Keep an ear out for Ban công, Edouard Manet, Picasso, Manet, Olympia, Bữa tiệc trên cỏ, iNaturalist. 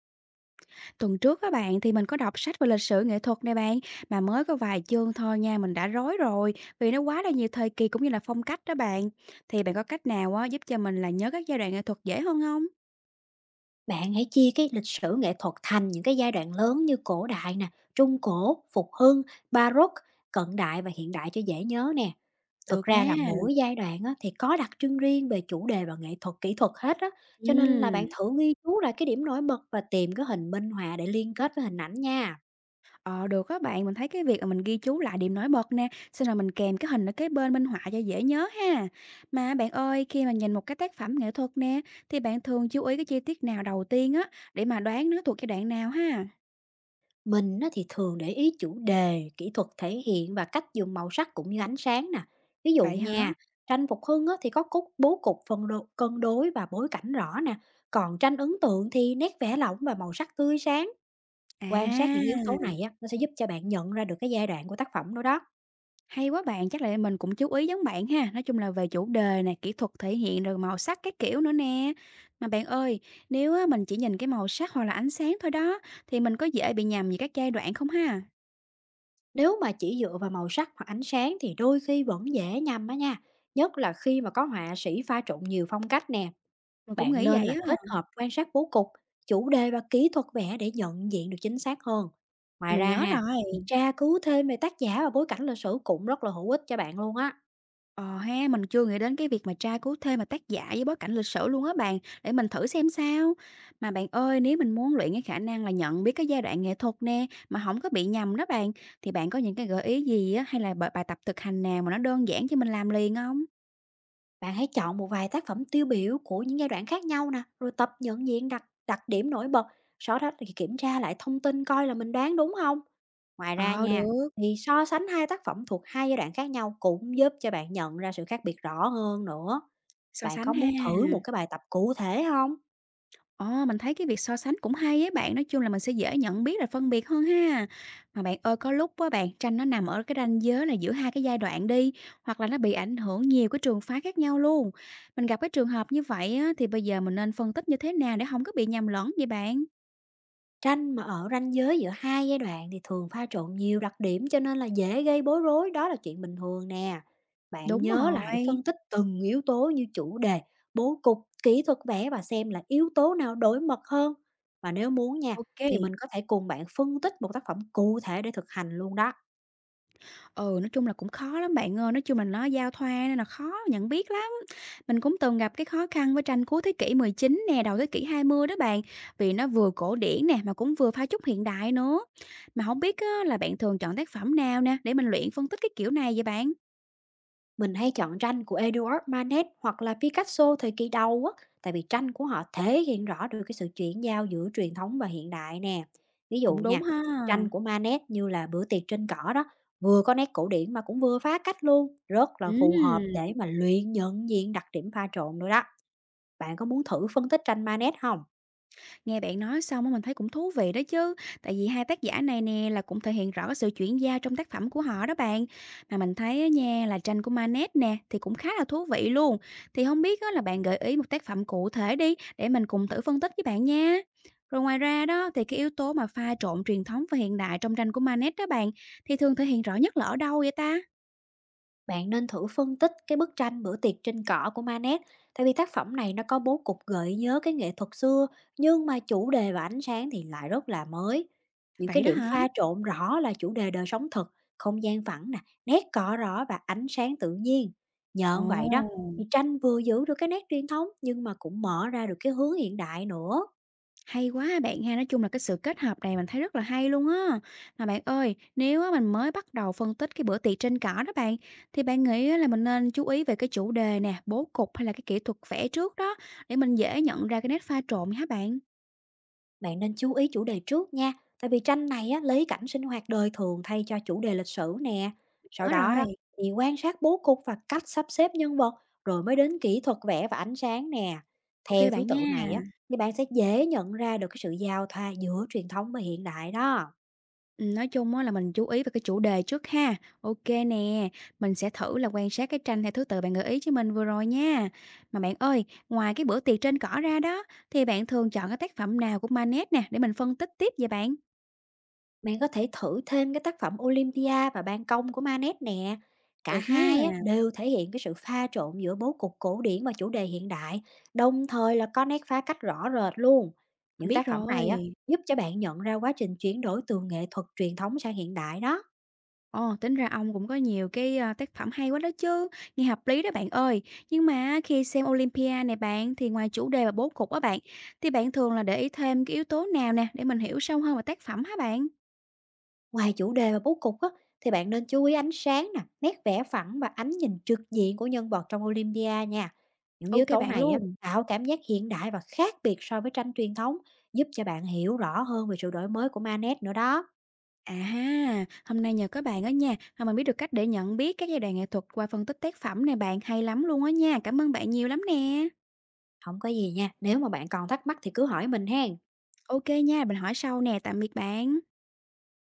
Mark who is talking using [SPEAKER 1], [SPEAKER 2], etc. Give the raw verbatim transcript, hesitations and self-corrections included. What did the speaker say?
[SPEAKER 1] Tuần trước các bạn thì mình có đọc sách về lịch sử nghệ thuật nè bạn, mà mới có vài chương thôi nha mình đã rối rồi, vì nó quá là nhiều thời kỳ cũng như là phong cách đó bạn. Thì bạn có cách nào á, giúp cho mình là nhớ các giai đoạn nghệ thuật dễ hơn không?
[SPEAKER 2] Bạn hãy chia cái lịch sử nghệ thuật thành những cái giai đoạn lớn như cổ đại nè, trung cổ, phục hưng, baroque, cận đại và hiện đại cho dễ nhớ nè. Thực
[SPEAKER 1] Được
[SPEAKER 2] ra
[SPEAKER 1] nha.
[SPEAKER 2] là mỗi giai đoạn á, thì có đặc trưng riêng về chủ đề và nghệ thuật kỹ thuật hết á. Cho nên là
[SPEAKER 1] Ừ.
[SPEAKER 2] bạn thử ghi chú lại cái điểm nổi bật và tìm cái hình minh họa để liên kết với hình ảnh nha.
[SPEAKER 1] Ờ được các bạn, mình thấy cái việc mà mình ghi chú lại điểm nổi bật nè, xong rồi mình kèm cái hình ở cái bên minh họa cho dễ nhớ ha. Mà bạn ơi, khi mà nhìn một cái tác phẩm nghệ thuật nè, thì bạn thường chú ý cái chi tiết nào đầu tiên á, để mà đoán nó thuộc giai đoạn nào ha?
[SPEAKER 2] Mình á thì thường để ý chủ đề, kỹ thuật thể hiện và cách dùng màu sắc cũng như ánh sáng nè. Ví dụ
[SPEAKER 1] Vậy hả?
[SPEAKER 2] nha, tranh Phục Hưng á thì có cốt bố cục phân đô, cân đối và bối cảnh rõ nè. Còn tranh ấn tượng thì nét vẽ lỏng và màu sắc tươi sáng. Quan sát những yếu tố
[SPEAKER 1] À.
[SPEAKER 2] này á, nó sẽ giúp cho bạn nhận ra được cái giai đoạn của tác phẩm đó đó.
[SPEAKER 1] Hay quá bạn, chắc là mình cũng chú ý giống bạn ha. Nói chung là về chủ đề nè, kỹ thuật thể hiện rồi màu sắc các kiểu nữa nè. Mà bạn ơi, nếu á, mình chỉ nhìn cái màu sắc hoặc là ánh sáng thôi đó, thì mình có dễ bị nhầm về các giai đoạn không ha?
[SPEAKER 2] Nếu mà chỉ dựa vào màu sắc hoặc ánh sáng thì đôi khi vẫn dễ nhầm á nha. Nhất là khi mà có họa sĩ pha trộn nhiều phong cách nè.
[SPEAKER 1] Mình cũng
[SPEAKER 2] Bạn
[SPEAKER 1] nghĩ
[SPEAKER 2] nên
[SPEAKER 1] vậy
[SPEAKER 2] là kết
[SPEAKER 1] á.
[SPEAKER 2] hợp quan sát bố cục, chủ đề và kỹ thuật vẽ để nhận diện được chính xác hơn. Ngoài
[SPEAKER 1] Mình
[SPEAKER 2] ra
[SPEAKER 1] nhớ
[SPEAKER 2] ha, thì
[SPEAKER 1] rồi.
[SPEAKER 2] tra cứu thêm về tác giả và bối cảnh lịch sử cũng rất là hữu ích cho bạn luôn á.
[SPEAKER 1] Ờ ha, mình chưa nghĩ đến cái việc mà tra cứu thêm mà tác giả với bối cảnh lịch sử luôn á bạn, để mình thử xem sao. Mà bạn ơi, nếu mình muốn luyện cái khả năng là nhận biết cái giai đoạn nghệ thuật nè, mà không có bị nhầm đó bạn, thì bạn có những cái gợi ý gì á, hay là bài bài tập thực hành nào mà nó đơn giản cho mình làm liền không?
[SPEAKER 2] Bạn hãy chọn một vài tác phẩm tiêu biểu của những giai đoạn khác nhau nè, rồi tập nhận diện đặc đặc điểm nổi bật. Sau đó thì kiểm tra lại thông tin coi là mình đoán đúng không. Ngoài ra
[SPEAKER 1] Ờ,
[SPEAKER 2] nha,
[SPEAKER 1] được,
[SPEAKER 2] thì so sánh hai tác phẩm thuộc hai giai đoạn khác nhau cũng giúp cho bạn nhận ra sự khác biệt rõ hơn nữa.
[SPEAKER 1] so
[SPEAKER 2] Bạn có
[SPEAKER 1] sánh ha.
[SPEAKER 2] muốn thử một cái bài tập cụ thể không?
[SPEAKER 1] Ờ, mình thấy cái việc so sánh cũng hay với bạn, nói chung là mình sẽ dễ nhận biết rồi phân biệt hơn ha. Mà bạn ơi, có lúc á bạn, tranh nó nằm ở cái ranh giới là giữa hai cái giai đoạn đi, hoặc là nó bị ảnh hưởng nhiều cái trường phái khác nhau luôn. Mình gặp cái trường hợp như vậy á, thì bây giờ mình nên phân tích như thế nào để không có bị nhầm lẫn vậy bạn?
[SPEAKER 2] Tranh mà ở ranh giới giữa hai giai đoạn thì thường pha trộn nhiều đặc điểm cho nên là dễ gây bối rối, đó là chuyện bình thường nè. Bạn
[SPEAKER 1] Đúng
[SPEAKER 2] nhớ là hãy
[SPEAKER 1] rồi.
[SPEAKER 2] phân tích từng yếu tố như chủ đề, bố cục, kỹ thuật vẽ và xem là yếu tố nào đối mật hơn. Và nếu muốn nha, thì
[SPEAKER 1] Ok.
[SPEAKER 2] mình có thể cùng bạn phân tích một tác phẩm cụ thể để thực hành luôn đó.
[SPEAKER 1] Ừ, nói chung là cũng khó lắm bạn ơi, nói chung là nó giao thoa nên là khó nhận biết lắm. Mình cũng từng gặp cái khó khăn với tranh cuối thế kỷ mười chín nè, đầu thế kỷ hai mươi đó bạn, vì nó vừa cổ điển nè mà cũng vừa pha chút hiện đại nữa. Mà không biết á, là bạn thường chọn tác phẩm nào nè để mình luyện phân tích cái kiểu này vậy bạn?
[SPEAKER 2] Mình hay chọn tranh của Edouard Manet hoặc là Picasso thời kỳ đầu á, tại vì tranh của họ thể hiện rõ được cái sự chuyển giao giữa truyền thống và hiện đại nè. Ví dụ
[SPEAKER 1] Cũng đúng
[SPEAKER 2] nha,
[SPEAKER 1] ha.
[SPEAKER 2] tranh của Manet như là bữa tiệc trên cỏ đó, vừa có nét cổ điển mà cũng vừa phá cách luôn, rất là phù hợp
[SPEAKER 1] Ừ.
[SPEAKER 2] để mà luyện nhận diện đặc điểm pha trộn nữa đó. Bạn có muốn thử phân tích tranh Manet không?
[SPEAKER 1] Nghe bạn nói xong á mình thấy cũng thú vị đó chứ, tại vì hai tác giả này nè là cũng thể hiện rõ cái sự chuyển giao trong tác phẩm của họ đó bạn. Mà mình thấy á nha, là tranh của Manet nè thì cũng khá là thú vị luôn. Thì không biết á, là bạn gợi ý một tác phẩm cụ thể đi để mình cùng thử phân tích với bạn nha. Rồi ngoài ra đó, thì cái yếu tố mà pha trộn truyền thống và hiện đại trong tranh của Manet đó bạn, thì thường thể hiện rõ nhất là ở đâu vậy ta?
[SPEAKER 2] Bạn nên thử phân tích cái bức tranh Bữa tiệc trên cỏ của Manet, tại vì tác phẩm này nó có bố cục gợi nhớ cái nghệ thuật xưa, nhưng mà chủ đề và ánh sáng thì lại rất là mới. Những cái
[SPEAKER 1] Vậy đó
[SPEAKER 2] điểm
[SPEAKER 1] hả?
[SPEAKER 2] pha trộn rõ là chủ đề đời sống thực, không gian phẳng nè, nét cỏ rõ và ánh sáng tự nhiên. Nhờ vậy đó,
[SPEAKER 1] Ồ.
[SPEAKER 2] thì tranh vừa giữ được cái nét truyền thống nhưng mà cũng mở ra được cái hướng hiện đại nữa.
[SPEAKER 1] Hay quá ha bạn ha, nói chung là cái sự kết hợp này mình thấy rất là hay luôn á. Mà bạn ơi, nếu á mình mới bắt đầu phân tích cái bữa tiệc trên cỏ đó bạn, thì bạn nghĩ á là mình nên chú ý về cái chủ đề nè, bố cục hay là cái kỹ thuật vẽ trước đó, để mình dễ nhận ra cái nét pha trộn hả bạn?
[SPEAKER 2] Bạn nên chú ý chủ đề trước nha, tại vì tranh này á, lấy cảnh sinh hoạt đời thường thay cho chủ đề lịch sử nè. Sau
[SPEAKER 1] Nhớ
[SPEAKER 2] đó đó
[SPEAKER 1] rồi.
[SPEAKER 2] thì quan sát bố cục và cách sắp xếp nhân vật, rồi mới đến kỹ thuật vẽ và ánh sáng nè.
[SPEAKER 1] Ok
[SPEAKER 2] Theo thứ
[SPEAKER 1] bạn
[SPEAKER 2] tự này
[SPEAKER 1] nha.
[SPEAKER 2] á, thì bạn sẽ dễ nhận ra được cái sự giao thoa giữa truyền thống và hiện đại đó.
[SPEAKER 1] Ừm, nói chung á là mình chú ý về cái chủ đề trước ha. Ok nè, mình sẽ thử là quan sát cái tranh theo thứ tự bạn gợi ý cho mình vừa rồi nha. Mà bạn ơi, ngoài cái bữa tiệc trên cỏ ra đó, thì bạn thường chọn cái tác phẩm nào của Manet nè, để mình phân tích tiếp vậy bạn?
[SPEAKER 2] Bạn có thể thử thêm cái tác phẩm Olympia và Ban công của Manet nè. Cả
[SPEAKER 1] Được nha,
[SPEAKER 2] hai á, đều thể hiện cái sự pha trộn giữa bố cục cổ điển và chủ đề hiện đại, đồng thời là có nét phá cách rõ rệt luôn.
[SPEAKER 1] mình
[SPEAKER 2] Những
[SPEAKER 1] biết
[SPEAKER 2] tác phẩm này á,
[SPEAKER 1] rồi.
[SPEAKER 2] giúp cho bạn nhận ra quá trình chuyển đổi từ nghệ thuật truyền thống sang hiện đại đó.
[SPEAKER 1] Ồ, tính ra ông cũng có nhiều cái, a, tác phẩm hay quá đó chứ, nghe hợp lý đó bạn ơi. Nhưng mà khi xem Olympia này bạn, thì ngoài chủ đề và bố cục á bạn, thì bạn thường là để ý thêm cái yếu tố nào nè, để mình hiểu sâu hơn về tác phẩm hả bạn?
[SPEAKER 2] Ngoài chủ đề và bố cục á, thì bạn nên chú ý ánh sáng nè, nét vẽ phẳng và ánh nhìn trực diện của nhân vật trong Olympia nha. Những
[SPEAKER 1] Ok
[SPEAKER 2] yếu tố
[SPEAKER 1] bạn
[SPEAKER 2] này á,
[SPEAKER 1] luôn.
[SPEAKER 2] tạo cảm giác hiện đại và khác biệt so với tranh truyền thống, giúp cho bạn hiểu rõ hơn về sự đổi mới của Manet nữa đó.
[SPEAKER 1] À ha, hôm nay nhờ các bạn đó nha, mà mình biết được cách để nhận biết các giai đoạn nghệ thuật qua phân tích tác phẩm nè bạn, hay lắm luôn á nha. Cảm ơn bạn nhiều lắm nè.
[SPEAKER 2] Không có gì nha, nếu mà bạn còn thắc mắc thì cứ hỏi mình hen.
[SPEAKER 1] Ok nha, mình hỏi sau nè, tạm biệt bạn.